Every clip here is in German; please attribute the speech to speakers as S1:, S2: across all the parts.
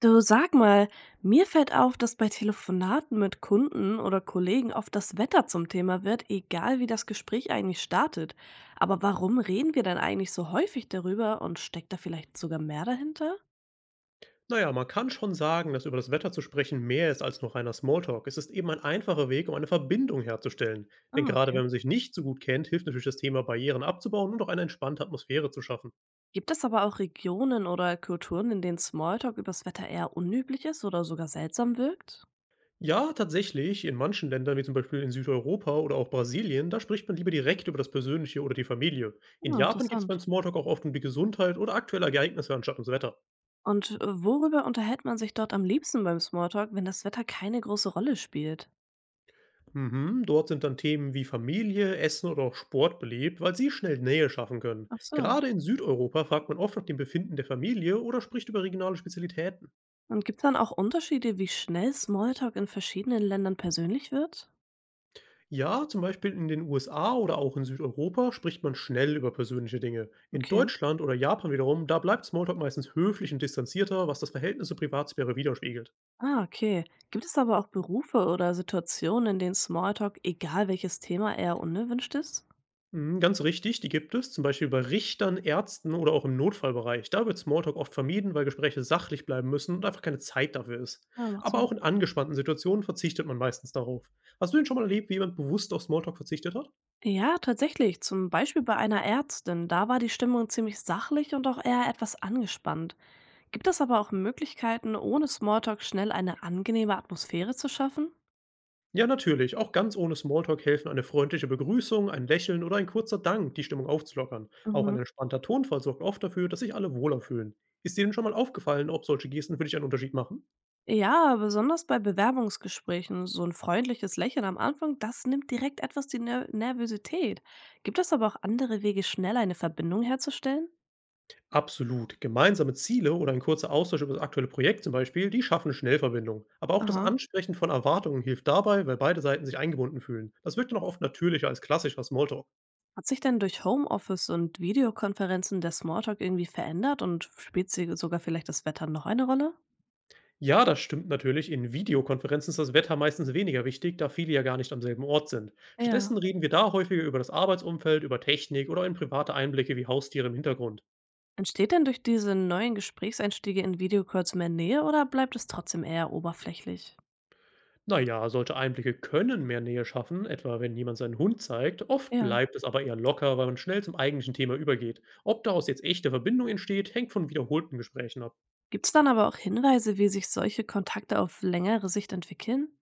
S1: Du, sag mal, mir fällt auf, dass bei Telefonaten mit Kunden oder Kollegen oft das Wetter zum Thema wird, egal wie das Gespräch eigentlich startet. Aber warum reden wir dann eigentlich so häufig darüber und steckt da vielleicht sogar mehr dahinter?
S2: Na ja, man kann schon sagen, dass über das Wetter zu sprechen mehr ist als nur reiner Smalltalk. Es ist eben ein einfacher Weg, um eine Verbindung herzustellen. Denn
S1: Ah,
S2: gerade
S1: okay.
S2: wenn man sich nicht so gut kennt, hilft natürlich das Thema Barrieren abzubauen und auch eine entspannte Atmosphäre zu schaffen.
S1: Gibt es aber auch Regionen oder Kulturen, in denen Smalltalk übers Wetter eher unüblich ist oder sogar seltsam wirkt?
S2: Ja, tatsächlich, in manchen Ländern, wie zum Beispiel in Südeuropa oder auch Brasilien, da spricht man lieber direkt über das Persönliche oder die Familie. In
S1: Ja,
S2: Japan geht es
S1: interessant.
S2: beim Smalltalk auch oft um die Gesundheit oder aktuelle Ereignisse anstatt ums Wetter.
S1: Und worüber unterhält man sich dort am liebsten beim Smalltalk, wenn das Wetter keine große Rolle spielt?
S2: Mhm, dort sind dann Themen wie Familie, Essen oder auch Sport beliebt, weil sie schnell Nähe schaffen können.
S1: Ach so.
S2: Gerade in Südeuropa fragt man oft nach dem Befinden der Familie oder spricht über regionale Spezialitäten.
S1: Und gibt es dann auch Unterschiede, wie schnell Smalltalk in verschiedenen Ländern persönlich wird?
S2: Ja, zum Beispiel in den USA oder auch in Südeuropa spricht man schnell über persönliche Dinge. In
S1: Okay.
S2: Deutschland oder Japan wiederum, da bleibt Smalltalk meistens höflich und distanzierter, was das Verhältnis zur Privatsphäre widerspiegelt.
S1: Ah, okay. Gibt es aber auch Berufe oder Situationen, in denen Smalltalk, egal welches Thema, eher unerwünscht ist?
S2: Mhm, ganz richtig, die gibt es, zum Beispiel bei Richtern, Ärzten oder auch im Notfallbereich. Da wird Smalltalk oft vermieden, weil Gespräche sachlich bleiben müssen und einfach keine Zeit dafür ist.
S1: Ja, macht
S2: Aber
S1: Sinn.
S2: auch in angespannten Situationen verzichtet man meistens darauf. Hast du denn schon mal erlebt, wie jemand bewusst auf Smalltalk verzichtet hat?
S1: Ja, tatsächlich. Zum Beispiel bei einer Ärztin. Da war die Stimmung ziemlich sachlich und auch eher etwas angespannt. Gibt es aber auch Möglichkeiten, ohne Smalltalk schnell eine angenehme Atmosphäre zu schaffen?
S2: Ja, natürlich. Auch ganz ohne Smalltalk helfen eine freundliche Begrüßung, ein Lächeln oder ein kurzer Dank, die Stimmung aufzulockern. Auch ein
S1: Mhm.
S2: entspannter Tonfall sorgt oft dafür, dass sich alle wohler fühlen. Ist dir denn schon mal aufgefallen, ob solche Gesten für dich einen Unterschied machen?
S1: Ja, besonders bei Bewerbungsgesprächen, so ein freundliches Lächeln am Anfang, das nimmt direkt etwas die Nervosität. Gibt es aber auch andere Wege, schneller eine Verbindung herzustellen?
S2: Absolut. Gemeinsame Ziele oder ein kurzer Austausch über das aktuelle Projekt zum Beispiel, die schaffen Schnellverbindungen. Aber auch das
S1: Aha.
S2: Ansprechen von Erwartungen hilft dabei, weil beide Seiten sich eingebunden fühlen. Das wirkt dann auch oft natürlicher als klassischer Smalltalk.
S1: Hat sich denn durch Homeoffice und Videokonferenzen der Smalltalk irgendwie verändert und spielt sie sogar vielleicht das Wetter noch eine Rolle?
S2: Ja, das stimmt natürlich. In Videokonferenzen ist das Wetter meistens weniger wichtig, da viele ja gar nicht am selben Ort sind.
S1: Ja.
S2: Stattdessen reden wir da häufiger über das Arbeitsumfeld, über Technik oder in private Einblicke wie Haustiere im Hintergrund.
S1: Entsteht denn durch diese neuen Gesprächseinstiege in Videocalls mehr Nähe oder bleibt es trotzdem eher oberflächlich?
S2: Na ja, solche Einblicke können mehr Nähe schaffen, etwa wenn jemand seinen Hund zeigt. Oft
S1: Ja.
S2: bleibt es aber eher locker, weil man schnell zum eigentlichen Thema übergeht. Ob daraus jetzt echte Verbindung entsteht, hängt von wiederholten Gesprächen ab.
S1: Gibt's dann aber auch Hinweise, wie sich solche Kontakte auf längere Sicht entwickeln?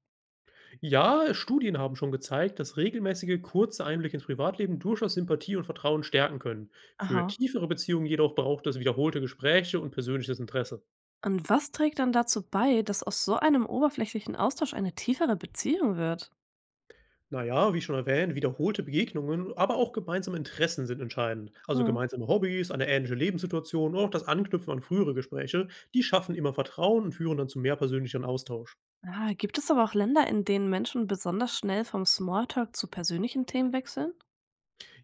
S2: Ja, Studien haben schon gezeigt, dass regelmäßige, kurze Einblicke ins Privatleben durchaus Sympathie und Vertrauen stärken können. Für
S1: Aha.
S2: tiefere Beziehungen jedoch braucht es wiederholte Gespräche und persönliches Interesse.
S1: Und was trägt dann dazu bei, dass aus so einem oberflächlichen Austausch eine tiefere Beziehung wird?
S2: Na ja, wie schon erwähnt, wiederholte Begegnungen, aber auch gemeinsame Interessen sind entscheidend. Also
S1: Hm.
S2: gemeinsame Hobbys, eine ähnliche Lebenssituation und auch das Anknüpfen an frühere Gespräche, die schaffen immer Vertrauen und führen dann zu mehr persönlichen Austausch.
S1: Ah, gibt es aber auch Länder, in denen Menschen besonders schnell vom Smalltalk zu persönlichen Themen wechseln?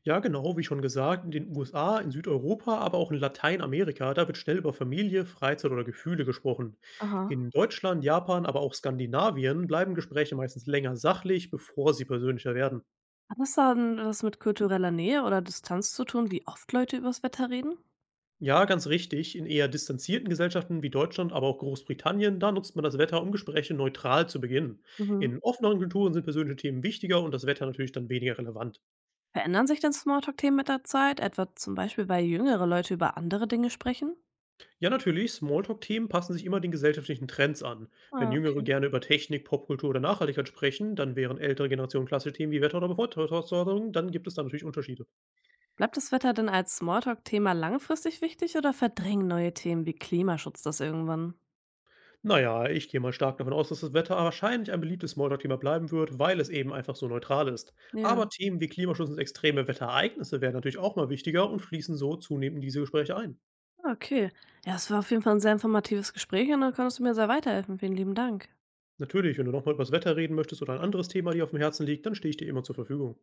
S2: Ja, genau, wie schon gesagt, in den USA, in Südeuropa, aber auch in Lateinamerika, da wird schnell über Familie, Freizeit oder Gefühle gesprochen. In
S1: Aha.
S2: Deutschland, Japan, aber auch Skandinavien bleiben Gespräche meistens länger sachlich, bevor sie persönlicher werden.
S1: Hat das dann was mit kultureller Nähe oder Distanz zu tun, wie oft Leute übers Wetter reden?
S2: Ja, ganz richtig. In eher distanzierten Gesellschaften wie Deutschland, aber auch Großbritannien, da nutzt man das Wetter, um Gespräche neutral zu beginnen.
S1: Mhm.
S2: In offeneren Kulturen sind persönliche Themen wichtiger und das Wetter natürlich dann weniger relevant.
S1: Verändern sich denn Smalltalk-Themen mit der Zeit, etwa zum Beispiel, weil jüngere Leute über andere Dinge sprechen?
S2: Ja, natürlich, Smalltalk-Themen passen sich immer den gesellschaftlichen Trends an. Wenn
S1: Ah,
S2: Jüngere
S1: okay.
S2: gerne über Technik, Popkultur oder Nachhaltigkeit sprechen, dann wären ältere Generationen klassische Themen wie Wetter oder Bevorteilung, dann gibt es da natürlich Unterschiede.
S1: Bleibt das Wetter denn als Smalltalk-Thema langfristig wichtig oder verdrängen neue Themen wie Klimaschutz das irgendwann?
S2: Na ja, ich gehe mal stark davon aus, dass das Wetter wahrscheinlich ein beliebtes Smalltalk-Thema bleiben wird, weil es eben einfach so neutral ist. Aber
S1: Ja.
S2: Themen wie Klimaschutz und extreme Wetterereignisse werden natürlich auch mal wichtiger und fließen so zunehmend in diese Gespräche ein.
S1: Ah, okay. Ja, es war auf jeden Fall ein sehr informatives Gespräch und da konntest du mir sehr weiterhelfen. Vielen lieben Dank.
S2: Natürlich, wenn du nochmal über das Wetter reden möchtest oder ein anderes Thema dir auf dem Herzen liegt, dann stehe ich dir immer zur Verfügung.